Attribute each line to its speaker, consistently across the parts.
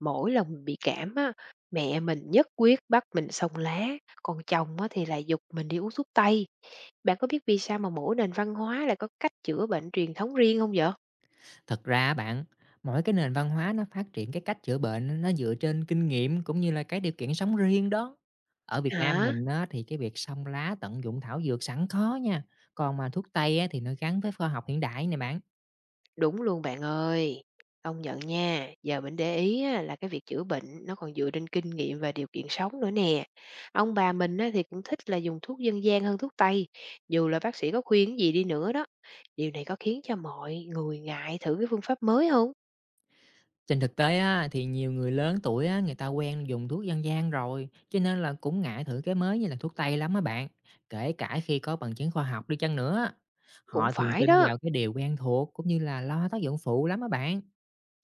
Speaker 1: Mỗi lần mình bị cảm á, mẹ mình nhất quyết bắt mình xông lá, còn chồng á thì lại giục mình đi uống thuốc tây. Bạn có biết vì sao mà mỗi nền văn hóa lại có cách chữa bệnh truyền thống riêng không vậy?
Speaker 2: Thật ra bạn, mỗi cái nền văn hóa nó phát triển cái cách chữa bệnh á, nó dựa trên kinh nghiệm cũng như là cái điều kiện sống riêng đó. Ở Việt Nam
Speaker 1: Hả?
Speaker 2: mình á, thì cái việc xông lá tận dụng thảo dược sẵn khó nha. Còn mà thuốc Tây á, thì nó gắn với khoa học hiện đại này bạn.
Speaker 1: Đúng luôn bạn ơi. Công nhận nha, giờ mình để ý á, là cái việc chữa bệnh nó còn dựa trên kinh nghiệm và điều kiện sống nữa nè. Ông bà mình á, thì cũng thích là dùng thuốc dân gian hơn thuốc tây, dù là bác sĩ có khuyên gì đi nữa đó. Điều này có khiến cho mọi người ngại thử cái phương pháp mới không?
Speaker 2: Trên thực tế á, thì nhiều người lớn tuổi á, người ta quen dùng thuốc dân gian rồi, cho nên là cũng ngại thử cái mới như là thuốc Tây lắm á bạn. Kể cả khi có bằng chứng khoa học đi chăng nữa.
Speaker 1: Cũng
Speaker 2: Họ thường
Speaker 1: phải
Speaker 2: tin
Speaker 1: đó.
Speaker 2: vào cái điều quen thuộc cũng như là lo tác dụng phụ lắm á bạn.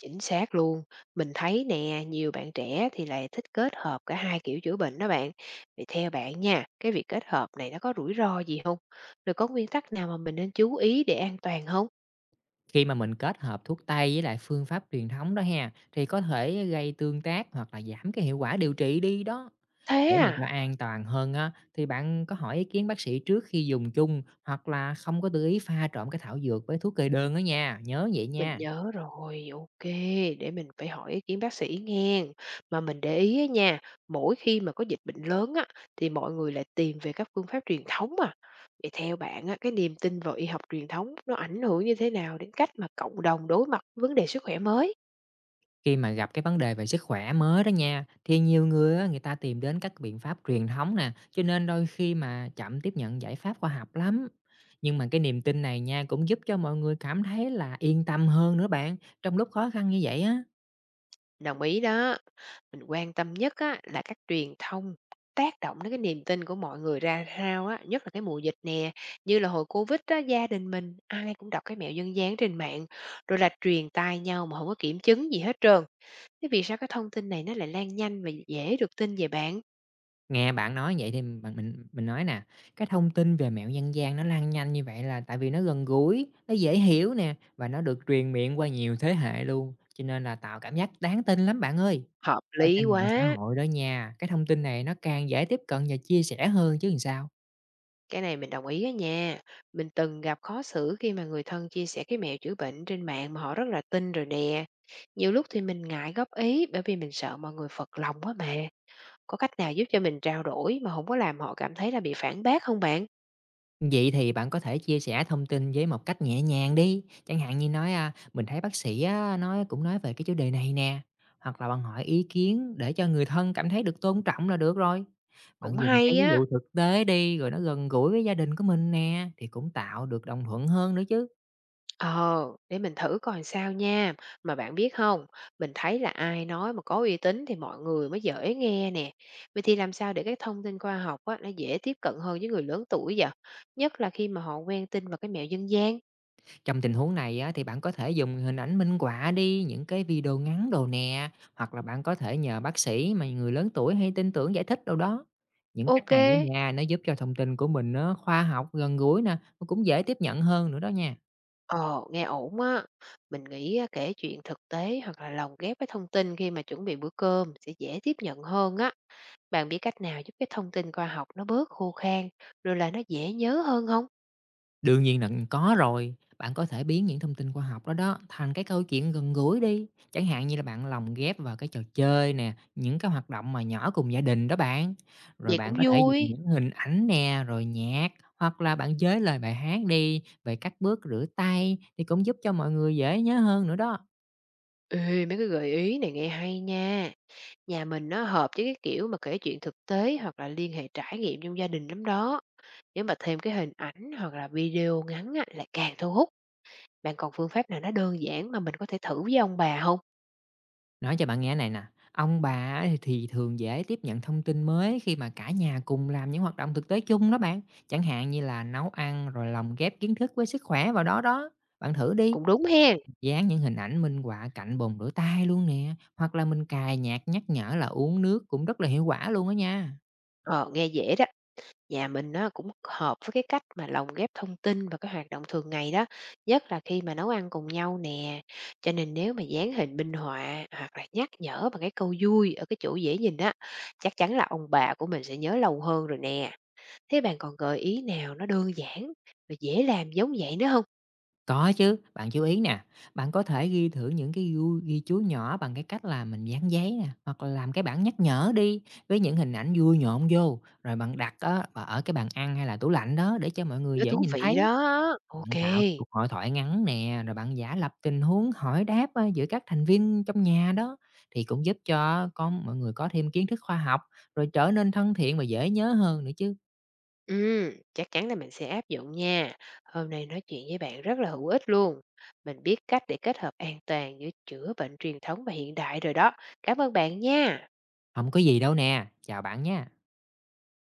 Speaker 1: Chính xác luôn. Mình thấy nè, nhiều bạn trẻ thì lại thích kết hợp cả hai kiểu chữa bệnh đó bạn. Vậy theo bạn nha, cái việc kết hợp này nó có rủi ro gì không? Rồi có nguyên tắc nào mà mình nên chú ý để an toàn không?
Speaker 2: Khi mà mình kết hợp thuốc tây với lại phương pháp truyền thống đó ha, thì có thể gây tương tác hoặc là giảm cái hiệu quả điều trị đi đó.
Speaker 1: Thế
Speaker 2: Để mà
Speaker 1: à?
Speaker 2: cho an toàn hơn á, thì bạn có hỏi ý kiến bác sĩ trước khi dùng chung, hoặc là không có tự ý pha trộn cái thảo dược với thuốc kê đơn đó nha, nhớ vậy
Speaker 1: Mình
Speaker 2: nha.
Speaker 1: nhớ rồi, ok, để mình phải hỏi ý kiến bác sĩ nghe. Mà mình để ý á nha, mỗi khi mà có dịch bệnh lớn á, thì mọi người lại tìm về các phương pháp truyền thống à. Vậy theo bạn á, cái niềm tin vào y học truyền thống nó ảnh hưởng như thế nào đến cách mà cộng đồng đối mặt với vấn đề sức khỏe mới?
Speaker 2: Khi mà gặp cái vấn đề về sức khỏe mới đó nha, thì nhiều người á, người ta tìm đến các biện pháp truyền thống nè, cho nên đôi khi mà chậm tiếp nhận giải pháp khoa học lắm. Nhưng mà cái niềm tin này nha cũng giúp cho mọi người cảm thấy là yên tâm hơn nữa bạn, trong lúc khó khăn như vậy á.
Speaker 1: Đồng ý đó, mình quan tâm nhất á là các truyền thông tác động đến cái niềm tin của mọi người ra sao á, nhất là cái mùa dịch nè, như là hồi Covid á, gia đình mình ai cũng đọc cái mẹo dân gian trên mạng, rồi là truyền tai nhau mà không có kiểm chứng gì hết trơn. Thế vì sao cái thông tin này nó lại lan nhanh và dễ được tin về bạn?
Speaker 2: Nghe bạn nói vậy thì bạn mình nói nè, cái thông tin về mẹo dân gian nó lan nhanh như vậy là tại vì nó gần gũi, nó dễ hiểu nè và nó được truyền miệng qua nhiều thế hệ luôn, cho nên là tạo cảm giác đáng tin lắm bạn ơi.
Speaker 1: Hợp
Speaker 2: Ở
Speaker 1: lý
Speaker 2: trên mạng xã
Speaker 1: quá.
Speaker 2: hội đó nha, cái thông tin này nó càng dễ tiếp cận và chia sẻ hơn chứ làm sao.
Speaker 1: Cái này mình đồng ý á nha. Mình từng gặp khó xử khi mà người thân chia sẻ cái mẹo chữa bệnh trên mạng mà họ rất là tin rồi nè. Nhiều lúc thì mình ngại góp ý bởi vì mình sợ mọi người phật lòng quá mà. Có cách nào giúp cho mình trao đổi mà không có làm họ cảm thấy là bị phản bác không bạn?
Speaker 2: Vậy thì bạn có thể chia sẻ thông tin với một cách nhẹ nhàng đi, chẳng hạn như nói, à, mình thấy bác sĩ á, nói cũng nói về cái chủ đề này nè, hoặc là bạn hỏi ý kiến để cho người thân cảm thấy được tôn trọng là được rồi. Bạn
Speaker 1: Cũng
Speaker 2: dùng cái
Speaker 1: hay
Speaker 2: ví
Speaker 1: á.
Speaker 2: dụ thực tế đi, rồi nó gần gũi với gia đình của mình nè, thì cũng tạo được đồng thuận hơn nữa chứ.
Speaker 1: Ờ, để mình thử coi sao nha. Mà bạn biết không, mình thấy là ai nói mà có uy tín thì mọi người mới dễ nghe nè. Vậy thì làm sao để cái thông tin khoa học á, nó dễ tiếp cận hơn với người lớn tuổi vậy? Nhất là khi mà họ quen tin vào cái mẹo dân gian.
Speaker 2: Trong tình huống này á, thì bạn có thể dùng hình ảnh minh họa đi, những cái video ngắn đồ nè, hoặc là bạn có thể nhờ bác sĩ mà người lớn tuổi hay tin tưởng giải thích đâu đó. Những cách
Speaker 1: Ok,
Speaker 2: này ở nhà nó giúp cho thông tin của mình nó khoa học, gần gũi nè, nó cũng dễ tiếp nhận hơn nữa đó nha.
Speaker 1: ờ, nghe ổn á. Mình nghĩ á, kể chuyện thực tế hoặc là lồng ghép với thông tin khi mà chuẩn bị bữa cơm sẽ dễ tiếp nhận hơn á. Bạn biết cách nào giúp cái thông tin khoa học nó bớt khô khan, rồi là nó dễ nhớ hơn không?
Speaker 2: Đương nhiên là có rồi, bạn có thể biến những thông tin khoa học đó đó thành cái câu chuyện gần gũi đi, chẳng hạn như là bạn lồng ghép vào cái trò chơi nè, những cái hoạt động mà nhỏ cùng gia đình đó bạn. Rồi
Speaker 1: Vậy cũng
Speaker 2: bạn có thể dùng
Speaker 1: vui.
Speaker 2: những hình ảnh nè, rồi nhạc, hoặc là bạn chế lời bài hát đi về các bước rửa tay thì cũng giúp cho mọi người dễ nhớ hơn nữa đó.
Speaker 1: Ê, mấy cái gợi ý này nghe hay nha. Nhà mình nó hợp với cái kiểu mà kể chuyện thực tế hoặc là liên hệ trải nghiệm trong gia đình lắm đó. Nếu mà thêm cái hình ảnh hoặc là video ngắn á, lại càng thu hút. Bạn còn phương pháp nào nó đơn giản mà mình có thể thử với ông bà không?
Speaker 2: Nói cho bạn nghe này nè, ông bà á thì thường dễ tiếp nhận thông tin mới khi mà cả nhà cùng làm những hoạt động thực tế chung đó bạn. Chẳng hạn như là nấu ăn rồi lồng ghép kiến thức với sức khỏe vào đó đó. Bạn thử đi,
Speaker 1: Cũng đúng hen.
Speaker 2: dán những hình ảnh minh họa cạnh bồn rửa tay luôn nè, hoặc là mình cài nhạc nhắc nhở là uống nước cũng rất là hiệu quả luôn đó nha.
Speaker 1: Ờ, nghe dễ đó. Nhà mình nó cũng hợp với cái cách mà lồng ghép thông tin và cái hoạt động thường ngày đó, nhất là khi mà nấu ăn cùng nhau nè. Cho nên nếu mà dán hình minh họa hoặc là nhắc nhở bằng cái câu vui ở cái chỗ dễ nhìn á, chắc chắn là ông bà của mình sẽ nhớ lâu hơn rồi nè. Thế bạn còn gợi ý nào nó đơn giản và dễ làm giống vậy nữa không?
Speaker 2: Có chứ, bạn chú ý nè, bạn có thể ghi thử những cái ghi chú nhỏ bằng cái cách là mình dán giấy nè, hoặc là làm cái bảng nhắc nhở đi với những hình ảnh vui nhộn vô, rồi bạn đặt á, và ở cái bàn ăn hay là tủ lạnh đó để cho mọi người
Speaker 1: Nó
Speaker 2: dễ
Speaker 1: thú
Speaker 2: nhìn thấy.
Speaker 1: vị đó. Ok.
Speaker 2: Bạn tạo cái cuộc hội thoại ngắn nè, rồi bạn giả lập tình huống hỏi đáp giữa các thành viên trong nhà đó thì cũng giúp cho con mọi người có thêm kiến thức khoa học, rồi trở nên thân thiện và dễ nhớ hơn nữa chứ.
Speaker 1: Chắc chắn là mình sẽ áp dụng nha. Hôm nay nói chuyện với bạn rất là hữu ích luôn. Mình biết cách để kết hợp an toàn giữa chữa bệnh truyền thống và hiện đại rồi đó. Cảm ơn bạn nha.
Speaker 2: Không có gì đâu nè, chào bạn nha.